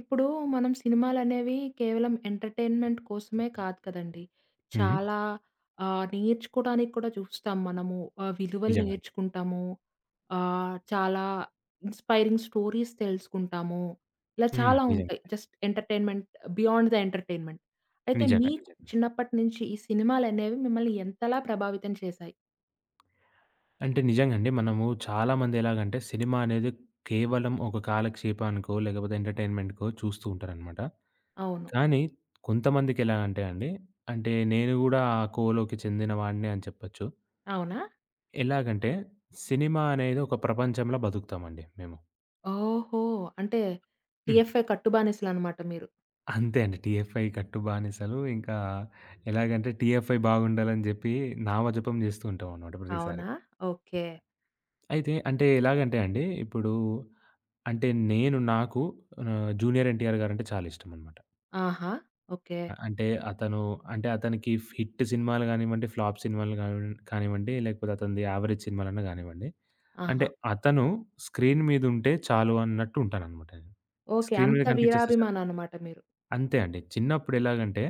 ఇప్పుడు మనం సినిమాలనేవి కేవలం ఎంటర్‌టైన్‌మెంట్ కోసమే కాదు కదండీ! హ్మ్. చాలా నేర్చుకోడానికి కూడా చూస్తాం మనము. విలువలు నిజంగా. నేర్చుకుంటాము. చాలా ఇన్‌స్పైరింగ్ స్టోరీస్ తెలుసుకుంటాము. ఇలా హ్మ్. చాలా ఉంటాయి. నిజంగా. Just entertainment beyond the entertainment. అయితే నిజంగా. మీకు నిజంగా. చిన్నప్పటి నుంచి ఈ సినిమాలనేవి మిమ్మల్ని ఎంతలా ప్రభావితం చేశాయి? అంటే నిజంగండి. మనము చాలామంది ఎలాగంటే సినిమా అనేది కేవలం ఒక కాలక్షేపానికో, లేకపోతే ఎంటర్‌టైన్‌మెంట్‌కో చూస్తూ ఉంటారనమాట. అవును. కానీ కొంతమందికెలా అంటే అండి, అంటే నేను గూడా ఆ కోలోకి చెందిన వాడినే అని చెప్పొచ్చు. అవునా? ఎలాగంటే సినిమా అనేది ఒక ప్రపంచంలా బతుకుతామండి మేము. ఓహో! అంటే హ్మ్. టీఎఫ్‌ఐ కట్టుబానిసలనమాట మీరు. అంతే అండి. 'టీఎఫ్ఐ కట్టు బానిసలు' ఇంకా ఎలాగంటే 'టీఎఫ్ఐ' బాగుండాలని జెప్పి నామజపం జేస్తూ ఉంటామనమాట ప్రతిసారి. అవునా? ఓకే. అయితే అంటే ఎలాగంటే అండి, ఇప్పుడు అంటే నేను నాకు 'జూనియర్ ఎన్టీఆర్' గారంటే చాలా ఇష్టమనమాట. ఆహా! ఓకే. అంటే అతను అంటే అతనికి హిట్ సినిమాలు గానివ్వండి, ఫ్లాప్ సినిమాలు గాని కానివ్వండి, లేకపోతే అతనిది యావరేజ్ సినిమాలన్నా గానివ్వండి, అంటే ఆహా! అతను స్క్రీన్ మీదుంటే చాలు అన్నట్టు ఉంటాననమాట నేను. ఓకే. స్క్రీన్ మీద అంత కనిపించేస్తే చాలు. వీరాభిమాననమాట మీరు. అంతే అండి. చిన్నప్పుడు ఎలాగంటే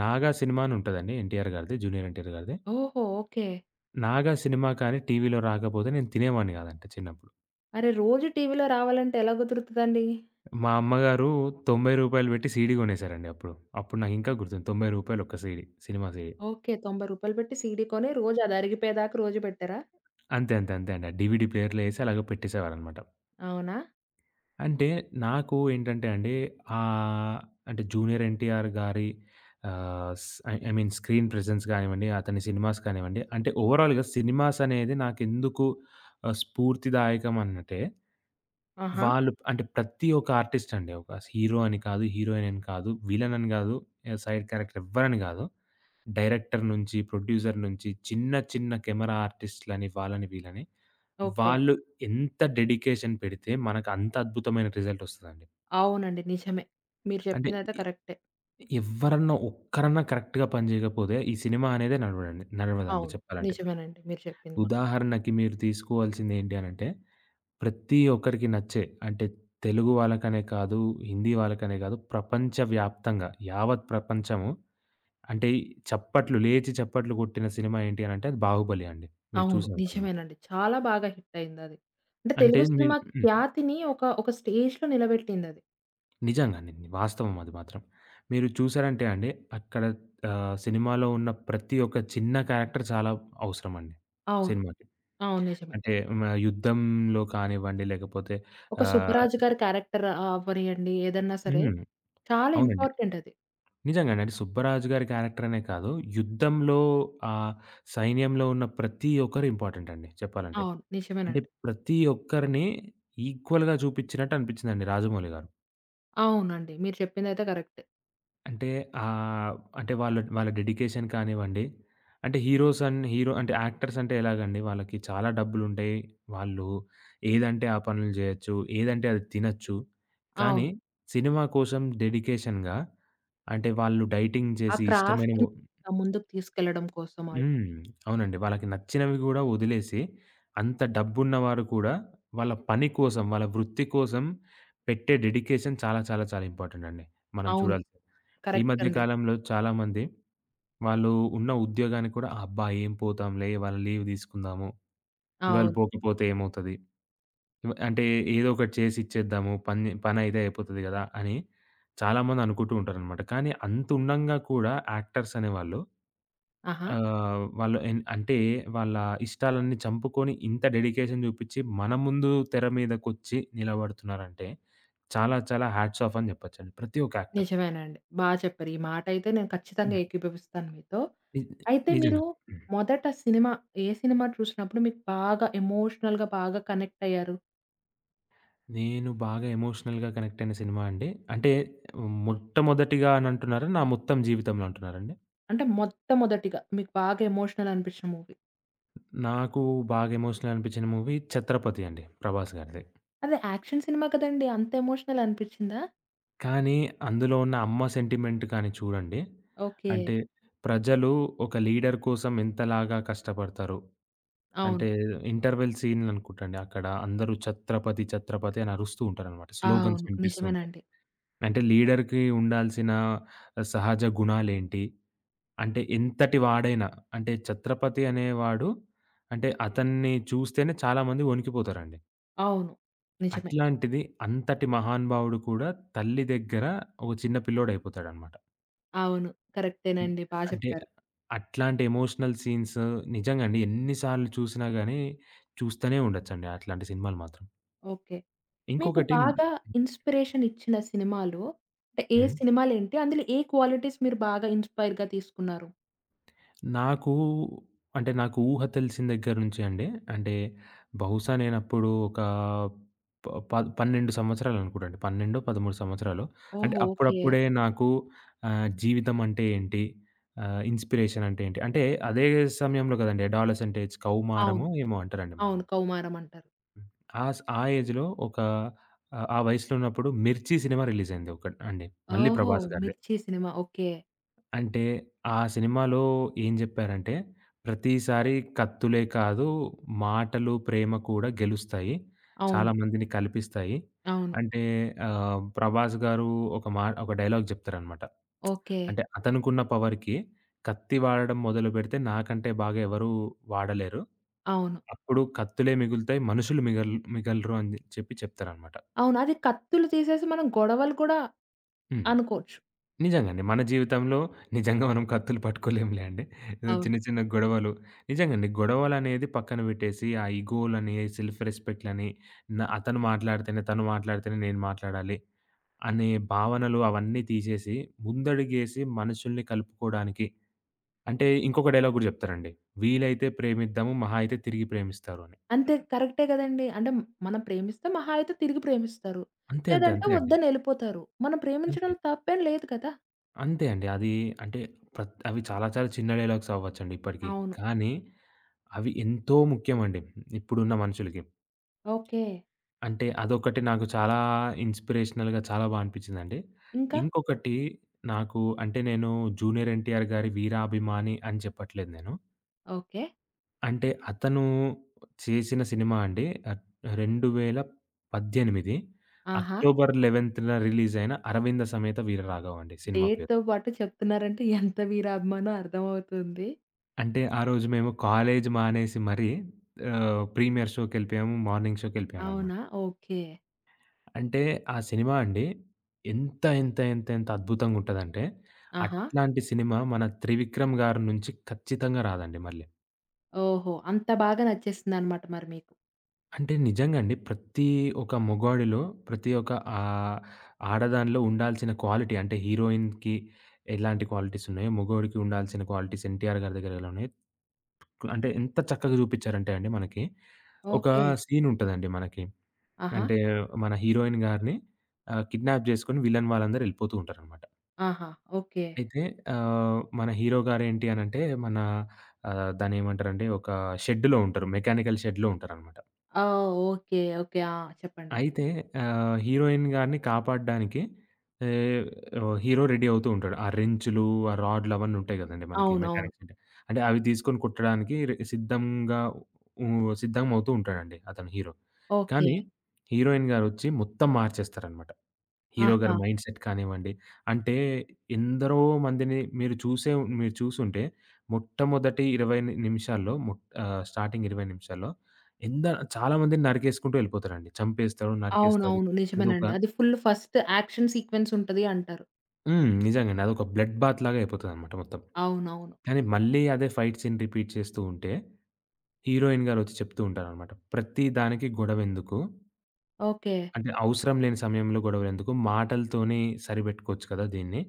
'నాగా' సినిమా అని ఉంటదండి ఎన్టీఆర్ గారిది, 'జూనియర్ ఎన్టీఆర్' గారిది. ఓహో! ఓకే. 'నాగా' సినిమా కానీ టీవీలో రాకపోతే నేను తినేవాడిని గాదంట చిన్నప్పుడు. అరె! రోజు టీవీలో రావాలంటే ఎలా కుదురుతదండి? మా అమ్మగారు రూ. 90 పెట్టి సీడీ కొనేసారండి అప్పుడు. అప్పుడు నాకింకా గుర్తుంది. రూ. 90 ఒక్క సీడీ. Cinema CD. ఓకే. రూ. 90 పెట్టి సీడీ కొని రోజు అది అరిగిపోయేదాకా రోజు పెట్టారా? అంతే. అంతే. అంతే అండి. ఆ డీవీడీ ప్లేయర్‌లో ఏసి అలాగ పెట్టేసేవారనమాట. అవునా? అంటే నాకు ఏంటంటే అండి ఆహ్, అంటే జూనియర్ ఎన్టీఆర్ గారి ఆహ్, స్ I I mean screen presence గానివ్వండి, అతని సినిమాస్ కానివ్వండి, అంటే ఓవరాల్‌గా సినిమాస్ అనేది నాకెందుకు స్ఫూర్తిదాయకం అనంటే, ఆహా! వాళ్ళు అంటే ప్రతి ఒక్క ఆర్టిస్ట్ అండి. ఒక హీరో అని కాదు, హీరోయిన్ అని కాదు, విలన్ అని గాదు, సైడ్ క్యారెక్టర్ ఎవ్వరని గాదు. డైరెక్టర్ నుంచి, ప్రొడ్యూసర్ నుంచి చిన్న చిన్న కెమెరా ఆర్టిస్ట్‌లని వాళ్ళని వీళ్ళని, ఓకే. వాళ్ళు ఎంత డెడికేషన్ పెడితే మనకు అంత అద్భుతమైన రిజల్ట్ ఒస్తదండి. అవునండి. నిజమే. మీరు అంటే చెప్పిందైతే ఎ కరెక్టే. ఎవ్వరన్నా ఒక్కరన్నా కరెక్ట్‌గా పని జేయకపోతే ఈ సినిమా అనేదే నడవదండి అవును. చెప్పాలంటే. నిజమేనండి. మీరు చెప్పింది మా ఉదాహరణకి మీరు తీసుకోవాల్సింది ఏంటి అనంటే, ప్రతి ఒక్కరికి నచ్చే అంటే తెలుగు వాళ్ళకనే కాదు, హిందీ వాళ్ళకనే కాదు ప్రపంచవ్యాప్తంగా యావత్ ప్రపంచము అంటే చప్పట్లు లేచి చప్పట్లు కొట్టిన సినిమా ఏంటి అనంటే అది 'బాహుబలి' అండి. మీరు అవును. చూసే ఉంటారనమాట. నిజమేనండి. చాలా బాగా హిట్టయిందది. అంటే అంటే తెలుగు మీరు సినిమా హ్మ్. ఖ్యాతిని ఒక స్టేజ్‌లో నిలబెట్టిందది. నిజంగానే వాస్తవం అది మాత్రం. మీరు చూసారంటే అండి అక్కడ సినిమాలో ఉన్న ప్రతి ఒక్క చిన్న క్యారెక్టర్ చాలా అవసరం అండి అవును. సినిమాకి. అవును. నిజమే. అంటే యుద్ధంలో కానివ్వండి లేకపోతే ఒక ఆహ్, 'సుబ్బరాజు' గారి క్యారెక్టర్ అవ్వనియండి ఏదన్నా సరే హ్మ్. చాలా అవునండి. ఇంపార్టెంట్ అది. నిజంగానే అండి. 'సుబ్బరాజు' గారి క్యారెక్టర్ అనే కాదు యుద్ధంలో ఆహ్, సైన్యంలో ఉన్న ప్రతి ఒక్కరు ఇంపార్టెంట్ అండి చెప్పాలంటే. అవును. అంటే నిజమేనండి. ప్రతి ఒక్కరిని ఈక్వల్‌గా చూపించినట్టు అనిపించిందండి 'రాజమౌళి' గారు. అవునండి. మీరు చెప్పిందైతే కరెక్టే. అంటే ఆహ్, అంటే వాళ్ళ వాళ్ళ డెడికేషన్ కానివ్వండి, అంటే హీరోస్ అండ్ హీరో అంటే యాక్టర్స్ అంటే ఎలాగండి వాళ్ళకి చాలా డబ్బులుంటాయి. వాళ్ళు ఏదంటే ఆ పనులు జేయొచ్చు, ఏదంటే అది తినొచ్చు. కానీ అవును. సినిమా కోసం డెడికేషన్‌గా అంటే వాళ్ళు డైటింగ్ ఆ చేసి ఇష్టమైనవి క్రాఫ్ట్‌ని ముందుకు తీసుకెళ్లడం కోసం ఆళ్ళు. హ్మ్. అవునండి. వాళ్ళకి నచ్చినవి గూడా వదిలేసి, అంత డబ్బున్నవారు కూడా వాళ్ళ పని కోసం, వాళ్ళ వృత్తి కోసం పెట్టే డెడికేషన్ చాలా, చాలా, చాలా ఇంపార్టెంట్ అండి. మనం అవును. చూడాల్సింది. ఈ కరెక్ట్ మధ్య అండి. కాలంలో చాలామంది వాళ్ళు ఉన్న ఉద్యోగానికి కూడా అబ్బా! ఏం పోతాంలే ఇవాళ లీవ్ తీసుకుందాము. ఇవాళ అవును. పోకపోతే ఏమవుతది? అంటే ఏదో ఒకటి చేసి ఇచ్చేద్దాము. పని పనైతే అయిపోతది గదా! అని చాలామంది అనుకుంటూ ఉంటారనమాట. కానీ అంతుండంగా కూడా యాక్టర్స్ అనేవాళ్ళు ఆహా! ఆ! వాళ్ళు ఎన్ అంటే వాళ్ళ ఇష్టాలన్నీ చంపుకొని ఇంత డెడికేషన్ చూపిచ్చి మన ముందు తెర మీదకొచ్చి నిలబడుతున్నారంటే చాలా చాలా హ్యాట్స్ ఆఫ్ అని చెప్పొచ్చండి. ప్రతి ఒక్క యాక్టర్. నిజమేనండి. బా చెప్పారు. ఈ మాటైతే నేను ఖచ్చితంగా హ్మ్. ఏకీభవిస్తాను మీతో. ని అయితే మీరు నిజంగా. హ్మ్. మొదట సినిమా ఏ సినిమా చూసినప్పుడు మీకు బాగా ఎమోషనల్‌గా బాగా కనెక్ట్ అయ్యారు? నేను బాగా ఎమోషనల్‌గా కనెక్ట్ అయిన సినిమా అండి. అంటే మొట్టమొదటిగా అని అంటున్నారా? నా మొత్తం జీవితంలో అంటున్నారండి? అంటే మొట్టమొదటిగా మీకు బాగా ఎమోషనల్ అనిపించిన మూవీ. నాకు బాగా ఎమోషనల్ అనిపించిన మూవీ 'ఛత్రపతి' అండి. ప్రభాస్ గారిది. అది యాక్షన్ సినిమా కదండీ! అంత ఎమోషనల్ అనిపించిందా? కానీ అందులో ఉన్న అమ్మ సెంటిమెంట్ కానీ చూడండి. ఓకే. అంటే ప్రజలు ఒక లీడర్ కోసం ఎంతలాగా కష్టపడతారు. అవును. అంటే ఇంటర్వెల్ సీన్‌లనుకుంటండి అక్కడ అందరూ 'ఛత్రపతి ఛత్రపతి' అని అరుస్తూ ఉంటారనమాట. స్లోగన్స్ అవును. వినిపిస్తూ ఉంటాయి. నిజమేనండి. అంటే లీడర్‌కి ఉండాల్సిన సహజ గుణాలేంటి? అంటే ఎంతటి వాడైనా అంటే 'ఛత్రపతి' అనేవాడు అంటే అతన్ని చూస్తేనే చాలామంది వణికిపోతారండి. అవును. నిజమే. అట్లాంటిది అంతటి మహానుభావుడు కూడా తల్లి దగ్గర ఒక చిన్న పిల్లోడయిపోతాడనమాట. అవును. అన్ కరెక్టేనండి. బా అంటే చెప్పారు. అట్లాంటి ఎమోషనల్ సీన్స్ నిజంగా అండి ఎన్ని సార్లు చూసినా గాని చూస్తూనే ఉండొచ్చండి అట్లాంటి సినిమాలు మాత్రం. ఓకే. మీకు ఇంకొకటి బాగా ఇన్‌స్పిరేషన్ ఇచ్చిన సినిమాలు అంటే ఏ హ్మ్. సినిమాలేంటి? అందులో ఏ క్వాలిటీస్ మీరు బాగా ఇన్‌స్పైర్‌గా తీసుకున్నారు? నాకు అంటే నాకు ఊహ తెలిసిన దగ్గర నుంచి అండి అంటే బహుశా నేనప్పుడు ఒక ప ప 12 సంవత్సరాలు అనుకుంటండి. 12, 13 సంవత్సరాలు. అంటే ఓహో! ఓకే. అప్పుడప్పుడే నాకు జీవితం అంటే ఏంటి? ఇన్‌స్పిరేషన్ అంటే ఏంటి? అంటే అదే సమయంలో కదండీ అడాలసెంట్ ఏజ్ అవును. కౌమారమో ఏమో అంటారండి మనము. అవును. 'కౌమారం' అంటారు. ఆ ఏజ్‌లో ఒక ఆ వయసులో ఉన్నప్పుడు 'మిర్చి' సినిమా రిలీజ్ అయింది ఒక అండి. మళ్ళీ ఓహో! ప్రభాస్ గారిదే. 'మిర్చి' సినిమా. ఓకే. అంటే ఆ సినిమాలో ఏం జెప్పారంటే, "ప్రతిసారి కత్తులే కాదు మాటలు, ప్రేమ కూడా గెలుస్తాయి. చాలా అవును. మందిని కలిపిస్తాయి." అవును. అంటే ప్రభాస్ గారు ఒక డైలాగ్ జెప్తారనమాట. ఓకే. అంటే అతనుకున్న పవర్‌కి కత్తి వాడడం మొదలుపెడితే నాకంటే బాగా ఎవరు వాడలేరు. అవును. అప్పుడు కత్తులే మిగులుతాయి. మనుషులు మిగలరు అని చెప్పి చెప్తారనమాట. అవును. అది కత్తులు తీసేసి మనం గొడవలు కూడా హ్మ్. అనుకోవచ్చు. నిజంగండి. మన జీవితంలో నిజంగా మనం కత్తులు పట్టుకోలేములే అండి. ఏదో అవును. చిన్న చిన్న గొడవలు నిజంగండి. గొడవలనేది పక్కన పెట్టేసి, ఆ ఇగోలని, సెల్ఫ్ రెస్పెక్ట్‌లని, అతను మాట్లాడితేనే, తను మాట్లాడితేనే నేను మాట్లాడాలి అనే భావనలు అవన్నీ తీసేసి, ముందడుగేసి మనుషుల్ని కలుపుకోడానికి అంటే ఇంకొక డైలాగ్ గూడా చెప్తారండి. వీలైతే ప్రేమిద్దాము మహా అయితే తిరిగి ప్రేమిస్తారు అని. అంతే కరెక్టే గదండీ. అంటే మనం ప్రేమిస్తే మహా అయితే తిరిగి ప్రేమిస్తారు. అంతే. అంతే. లేదంటే అంతే అండి. వద్దని ఎళ్ళిపోతారు. మనం అంతే. ప్రేమించడంలో తప్పేం లేదు కదా! అంతే అండి. అది అంటే అవి చాలా చాలా చిన్న డైలాగ్స్ అవ్వచ్చండి ఇప్పటికి. అవును. కానీ అవి ఎంతో ముఖ్యమండి ఇప్పుడున్న మనుషులకి. ఓకే. అంటే అదొకటి నాకు చాలా ఇన్‌స్పిరేషనల్‌గా చాలా బా అనిపించిందండి. ఇంకా? ఇంకొకటి నాకు అంటే నేను జూనియర్ ఎన్టీఆర్ గారి వీరాభిమాని అని చెప్పట్లేదు నేను. ఓకే. అంటే అతను చేసిన సినిమా అండి 2018 ఆహా! అక్టోబర్ 11న రిలీజ్ అయిన 'అరవింద సమేత వీరరాఘవ' అండి సినిమా పేరు. డేట్‌తో పాటు చెప్తున్నారంటే ఎంత వీరాభిమానం అర్థమవుతుంది. అంటే ఆ రోజు మేము కాలేజ్ మానేసి మరీ ప్రీమియర్ షోకెళ్ళిపోయాము. మార్నింగ్ షోకెళ్ళిపోయామనమాట. అవునా? ఓకే. అంటే ఆ సినిమా అండి ఎంత, ఎంత, ఎంత, ఎంత అద్భుతంగుంటదంటే ఆహా! అట్లాంటి సినిమా మన 'త్రివిక్రమ్' గారి నుంచి ఖచ్చితంగా రాదండి మళ్ళీ. ఓహో! అంత బాగా నచ్చేసిందనమాట మరి మీకు. అంటే నిజంగా అండి ప్రతి ఒక మొగాడిలో, ప్రతి ఒక ఆహ్, ఆడదానిలో ఉండాల్సిన క్వాలిటీ అంటే హీరోయిన్‌కి ఎలాంటి క్వాలిటీస్ ఉన్నాయో, మొగోడికి ఉండాల్సిన క్వాలిటీస్ 'ఎన్టీఆర్' గారి దగ్గర ఎలా ఉన్నాయో, అంటే ఎంత చక్కగా చూపిచ్చారంటే అండి మనకి ఒక ఓకే. సీనుంటదండి మనకి ఆహా! అంటే మన హీరోయిన్ గారిని కిడ్నాప్ జేసుకొని విలన్ వాళ్ళందరూ ఎళ్ళిపోతూ ఉంటారనమాట. ఆహా! ఓకే. అయితే మన హీరో గారేంటి అనంటే మన దాన్నేమంటారంటే ఒక షెడ్‌లో ఉంటారు. మెకానికల్ షెడ్‌లో ఉంటారనమాట. ఆ! ఓకే. ఓకే. ఆ! చెప్పండి. అయితే హీరోయిన్ గారిని కాపాడడానికి ఆహ్, హీరో రెడీ అవుతూ ఉంటాడు. ఆ రెంచులు, ఆ రాడ్‌లు అవన్నీ ఉంటాయి గదండీ మనకి అవునవును. మెకానిక్స్ అంటే. అంటే అవి తీసుకొని కొట్టడానికి సిద్ధంగా ఉ సిద్ధమవుతూ ఉంటాడండి అతను హీరో. ఓకే. కానీ హీరోయిన్ గారొచ్చి మొత్తం మార్చేస్తారనమాట. హీరో గారి ఆహా! మైండ్‌సెట్ కానివ్వండి, అంటే ఎందరో మందిని మీరు చూసుంటే మొట్టమొదటి 20 నిమిషాల్లో స్టార్టింగ్ 20 నిమిషాల్లో ఎంద చాలా మందిని నరికేసుకుంటూ వెళ్ళిపోతారండి. చంపేస్తాడు, నరికేస్తాడు. అవునవును. అదొక నిజమేనండి. అది ఫుల్ ఫస్ట్ యాక్షన్ సీక్వెన్స్ ఉంటది అంటారు. హ్మ్. నిజంగానే. అదొక బ్లడ్ బాత్ లాగా అయిపోతదనమాట మొత్తం. అవునవును. కానీ మళ్ళీ అదే ఫైట్ సీన్ రిపీట్ చేస్తూ ఉంటే హీరోయిన్ గారొచ్చి చెప్తూ ఉంటారనమాట. ప్రతి దానికి గొడవెందుకు? ఓకే. అంటే అవసరం లేని సమయంలో గొడవలెందుకు? మాటలతోనే సరిపెట్టుకోవచ్చు కదా దీన్ని.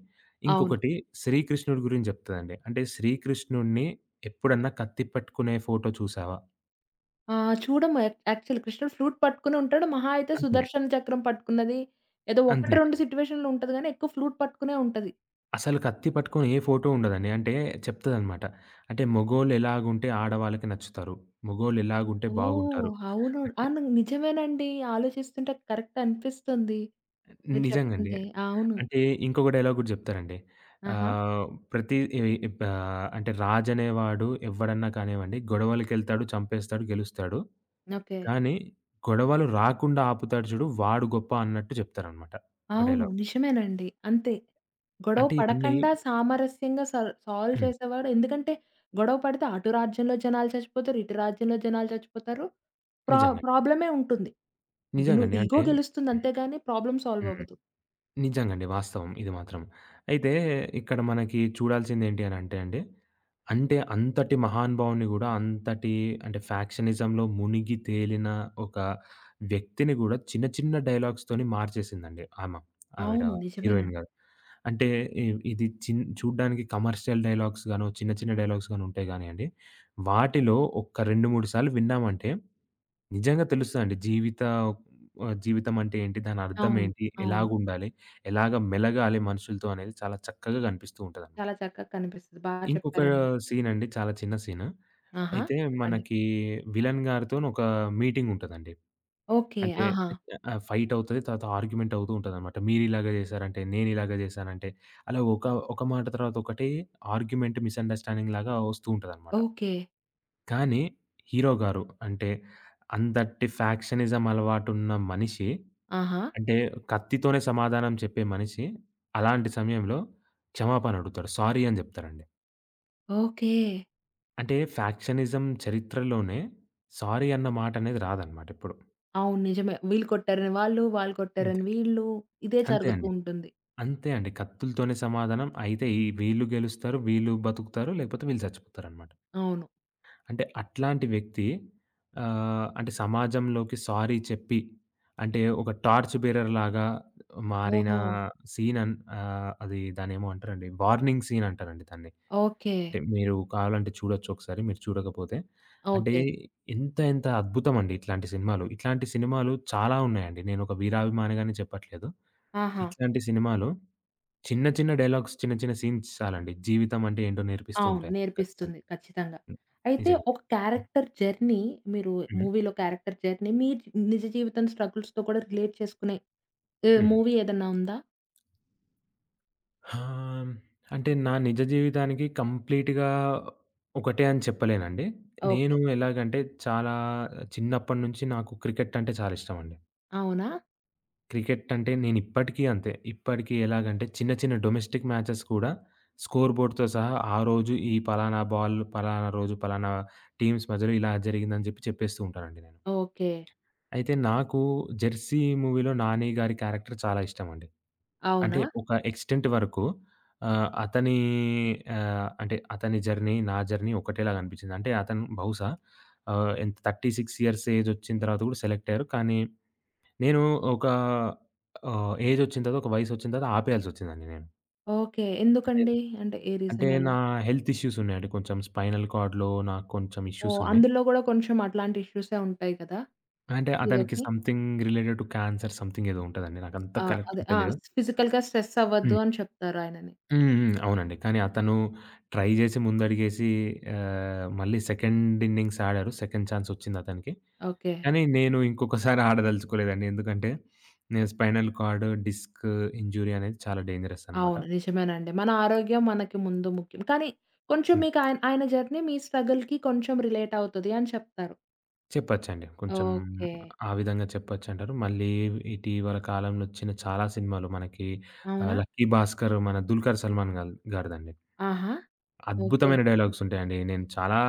అవును. ఇంకొకటి శ్రీకృష్ణుడి గురించి చెప్తదండి. అంటే శ్రీకృష్ణుడిని ఎప్పుడన్నా కత్తి పట్టుకునే ఫోటో చూసావా? ఆ! చూడము యాక్ యాక్చువల్లీ కృష్ణుడు ఫ్లూట్ పట్టుకుని ఉంటాడు. మహా అయితే అంతే. సుదర్శన చక్రం పట్టుకున్నది. ఏదో అంతే 1, అండి. 2 సిట్యుయేషన్‌లో ఉంటది గానీ ఎక్కువ ఫ్లూట్ పట్టుకునే ఉంటది. అసలు కత్తి పట్టుకొని ఏ ఫోటో ఉండదండి. అంటే చెప్తదనమాట. అంటే మగోళ్ళు ఎలాగుంటే ఆడవాళ్ళకి నచ్చుతారు. మగోళ్ళు ఎలాగుంటే బాగుంటారు. ఓహ్! అవును. అంటే అవును. నిజమేనండి. ఆలోచిస్తుంటే కరెక్ట్ అనిపిస్తుంది. మీరు నిజంగండి. చెప్తుంటే. అవును. అంటే ఇంకొక డైలాగ్ గూడా జెప్తారండి. ఆహా! ఆహ్, ప్రతి ఇవి ఇప్ ఆహ్, అంటే రాజనేవాడు ఎవ్వడన్నా కానివ్వండి, గొడవలకెళ్తాడు, చంపేస్తాడు, గెలుస్తాడు. ఓకే. కానీ గొడవలు రాకుండా ఆపుతాడు చూడు వాడు గొప్ప అన్నట్టు జెప్తారనమాట ఒక అవును. డైలాగ్. నిజమేనండి. అంతే. గొడవ అంటే ఇవన్నీ పడకండా సామరస్యంగా సాల్వ్ హ్మ్. చేసేవాడు ఎందుకంటే, గొడవ పడితే అటు రాజ్యంలో జనాలు చచ్చిపోతారు. ఇటు రాజ్యంలో జనాలు చచ్చిపోతారు. నిజంగా. ప్రాబ్లమే ఉంటుంది. గిను నిజంగండి. ఇగో అంటే గెలుస్తుంది అంతేగాని ప్రాబ్లమ్ సాల్వ్ హ్మ్. అవ్వదు. నిజంగండి. వాస్తవం ఇది మాత్రం. అయితే ఇక్కడ మనకి చూడాల్సిందేంటి అనంటే అండి, అంటే అంతటి మహానుభావుడిని గూడా అంతటి అంటే ఫ్యాక్షనిజంలో మునిగి తేలిన ఒక వ్యక్తిని గూడా చిన్న చిన్న డైలాగ్స్‌తోని మార్చేసిందండి ఆమ. ఆవిడ అవును. హీరోయిన్ నిజమేనండి. గారు. అంటే ఇ ఇది చిన్ చూడ్డానికి కమర్షియల్ డైలాగ్స్ గాను, చిన్న చిన్న డైలాగ్స్ గాను ఉంటాయి గానీయండి, వాటిలో ఒక్క 2, 3 సార్లు విన్నామంటే నిజంగా తెలుస్తదండి. జీవితం అంటే ఏంటి? దాని అర్థం అవును. ఏంటి? అవును. ఎలాగుండాలి? ఎలాగ మెలగాలి మనుషులతో అనేది చాలా చక్కగా కనిపిస్తూ ఉంటదనమాట. చాలా చక్కగా కనిపిస్తది. బా ఇంకొక చెప్పారండి. సీన్ అండి చాలా చిన్న సీను. ఆహా! అయితే చెప్పండి. మనకి విలన్ గారితోని ఒక మీటింగ్ ఉంటదండి. ఓకే. అంటే ఆహా! ఫైట్ అవుతది. తర్వాత ఆర్గ్యుమెంట్ అవుతూ ఉంటదనమాట. మీరిలాగ చేశారంటే, నేనిలాగ చేశానంటే, అలా ఒక ఒక మాట తర్వాత ఒకటి ఆర్గ్యుమెంట్, మిస్‌అండర్‌స్టాండింగ్ లాగా వస్తూ ఉంటదనమాట. ఓకే. కానీ హీరో గారు అంటే అంతటి ఫ్యాక్షనిజం అలవాటున్న మనిషి, ఆహా! అంటే కత్తితోనే సమాధానం చెప్పే మనిషి, అలాంటి సమయంలో క్షమాపణ అడుగుతాడు. సారీ అని జెప్తారండి. ఓకే. అంటే ఫ్యాక్షనిజం చరిత్రలోనే సారీ అన్న మాటనేది రాదనమాట ఎప్పుడు. అవును. నిజమే. వీళ్ళు కొట్టారని వాళ్ళు, వాళ్ళు అంతే. కొట్టారని వీళ్ళు. ఇదే అంతే జరుగుతూ అండి. ఉంటుంది. అంతే అండి. కత్తులతోనే సమాధానం అయితే ఈ వీళ్ళు గెలుస్తారు, వీళ్ళు బతుకుతారు లేకపోతే వీళ్ళు చచ్చిపోతారనమాట. అవును. అంటే అట్లాంటి వ్యక్తి అంటే సమాజంలోకి సారీ చెప్పి, అంటే ఒక టార్చ్ బేరర్ లాగా మారిన ఓహో! అది దాన్నేమో అంటారండి. వార్నింగ్ సీన్ అంటారండి దాన్ని. ఓకే. అంటే మీరు కావాలంటే చూడొచ్చు ఒకసారి మీరు చూడకపోతే. అంటే ఓకే. ఎంత ఎంత అద్భుతమండి ఇట్లాంటి సినిమాలు. ఇట్లాంటి సినిమాలు చాలా ఉన్నాయండి. నేనొక వీరాభిమానిగానే చెప్పట్లేదు. ఆహా! ఇట్లాంటి సినిమాలు చిన్న చిన్న డైలాగ్స్, చిన్న చిన్న సీన్స్ చాలండి. జీవితం అంటే ఏంటో నేర్పిస్తూ అవును. ఉంటాయి ఖచ్చితంగా. నేర్పిస్తుంది ఖచ్చితంగా. హ్మ్. అయితే నిజంగా. ఒక హ్మ్. క్యారెక్టర్ జర్నీ మీరు హ్మ్. మూవీలో క్యారెక్టర్ జర్నీ మీ నిజ జీవితం స్ట్రగుల్స్‌తో కూడా రిలేట్ చేసుకునే హ్మ్. మూవీ ఏదన్నా ఉందా? ఆ! అంటే నా నిజ జీవితానికి కంప్లీట్‌గా ఒకటే అని చెప్పలేనండి. నేను ఓకే. ఎలాగంటే చాలా చిన్నప్పటి నుంచి నాకు క్రికెట్ అంటే చాలా ఇష్టమండి. అవునా? క్రికెట్ అంటే నేను ఇప్పటికీ అంతే. ఇప్పటికీ ఎలాగంటే చిన్న చిన్న డొమెస్టిక్ మ్యాచెస్ కూడా స్కోర్ బోర్డ్‌తో సహా ఆ రోజు ఈ పలానా బాల్, పలానా రోజు, పలానా టీమ్స్ మధ్యలో ఇలా జరిగిందని చెప్పి చెప్పేస్తూ ఉంటానండి నేను. ఓకే. అయితే నాకు 'జెర్సీ' మూవీలో నాని గారి క్యారెక్టర్ చాలా ఇష్టమండి. అవునా? అంటే ఒక ఎక్స్‌టెంట్ వరకు అతని అంటే అతని జర్నీ, నా జర్నీ ఒకటేలాగా అనిపించింది. అంటే అతను బహుశా ఎంత 36 ఇయర్స్ ఏజ్ వచ్చిన తర్వాత కూడా సెలెక్ట్ అయ్యారు. కానీ నేను ఒక ఏజ్ వచ్చిన తర్వాత, ఒక వయసు వచ్చిన తర్వాత ఆపేయాల్సొచ్చిందండి నేను. ఓకే. అంటే ఎందుకండి? అంటే ఏ అంటే రీజన్ వల్ల? నా హెల్త్ ఇష్యూస్ ఉన్నాయండి. కొంచెం స్పైనల్ కార్డ్‌లో నాకు కొంచెం ఇష్యూస్ ఓహ్! ఉన్నాయి. అందులో గూడా కొంచెం అట్లాంటి ఇష్యూసే ఉంటాయి కదా! అంటే అతనికి హీరోకి. Something related to cancer something ఏదో ఉంటదండి. నాకంత ఆ! అదే. కరెక్ట్‌గా ఆ! తెలీదు. ఫిజికల్‌గా స్ట్రెస్ అవ్వద్దు హ్మ్. అని చెప్తారు ఆయనని. హ్మ్. హ్మ్. అవునండి. కానీ అతను ట్రై జేసి ముందడిగేసి మళ్ళీ సెకండ్ ఇన్నింగ్స్ ఆడారు. సెకండ్ ఛాన్స్ ఒచ్చిందతనికి. ఓకే. కానీ నేను ఇంకొకసారి ఆడదలుచుకోలేదండి. ఎందుకంటే నేను స్పైనల్ కార్డ్ డిస్క్ ఇంజ్యూరీ అనేది చాలా డేంజరస్ అనమాట. అవును. నిజమేనండి. మన ఆరోగ్యం మనకి ముందు ముఖ్యం. కానీ కొంచెం హ్మ్. మీకు ఆయన ఆయన జర్నీ మీ స్ట్రగల్‌కి కొంచెం రిలేట్ అవుతది అని చెప్తారు. చెప్పొచ్చండి. కొంచెం ఓకే. ఆ విధంగా చెప్పొచ్చంటారు. మళ్ళీ ఇటీవల కాలంలో ఒచ్చిన చాలా సినిమాలు మనకి అవునా? 'లక్కీ భాస్కర్' మన 'దుల్కర్ సల్మాన్' గారిదండి. ఆహా! ఓకే. అద్భుతమైన డైలాగ్స్ ఉంటాయండి. నేను చాలా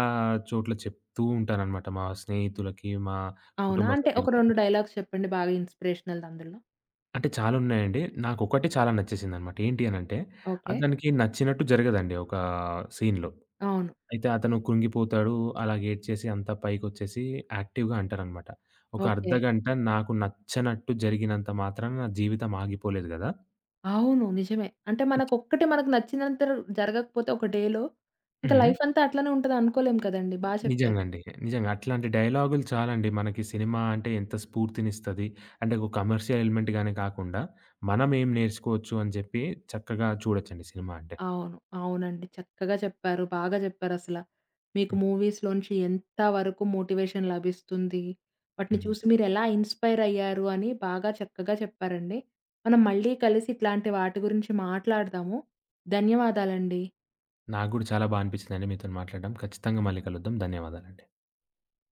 చోట్ల చెప్తూ ఉంటాననమాట. మా స్నేహితులకి, మా అవునా? కుటుంబ అంటే ఒక సభ్యులకి 2 అంటే, డైలాగ్స్ చెప్పండి బాగా ఇన్‌స్పిరేషనల్‌ది అందులో? అంటే చాలా ఉన్నాయండి. నాకొకటి చాలా నచ్చేసిందనమాట. ఏంటి అనంటే, ఓకే. అతనికి నచ్చినట్టు జరగదండి ఒక సీన్‌లో. అవును. అయితే అతను కృంగిపోతాడు, అలాగే ఏడ్చేసి అంతా పైకొచ్చేసి యాక్టివ్‌గా అంటారనమాట. "ఒక ఓకే. అర్ధగంట నాకు నచ్చనట్టు జరిగినంత మాత్రాన నా జీవితం ఆగిపోలేదు గదా!" అవును. నిజమే. అంటే ఇట్లా మనకొక్కటి మనకు నచ్చినంత జరగకపోతే ఒక డేలో, ఇంక హ్మ్. లైఫ్ అంతా అట్లనే ఉంటది అనుకోలేం కదండీ! బా చెప్పారు. నిజంగండి. నిజంగా. అట్లాంటి డైలాగులు చాలండి మనకి సినిమా అంటే ఎంత స్ఫూర్తినిస్తది. అంటే ఒక కమర్షియల్ ఎలిమెంట్‌గానే కాకుండా మనం ఏం నేర్చుకోవచ్చు అని చెప్పి చక్కగా చూడొచ్చండి సినిమా అంటే. అవును. అవునండి. చక్కగా చెప్పారు. బాగా చెప్పారసల. మీకు హ్మ్. మూవీస్‌లోంచి ఎంత వరకు మోటివేషన్ లభిస్తుంది, వాటిని హ్మ్. చూసి మీరెలా ఇన్‌స్పైర్ అయ్యారు అని బాగా చక్కగా చెప్పారండి. మనం మళ్ళీ కలిసి ఇట్లాంటి వాటి గురించి మాట్లాడదాము. ధన్యవాదాలండి. నాకు గూడా చాలా బా అనిపించిందండి మీతోని మాట్లాడడం. ఖచ్చితంగా మళ్ళీ కలుద్దాం. ధన్యవాదాలండి.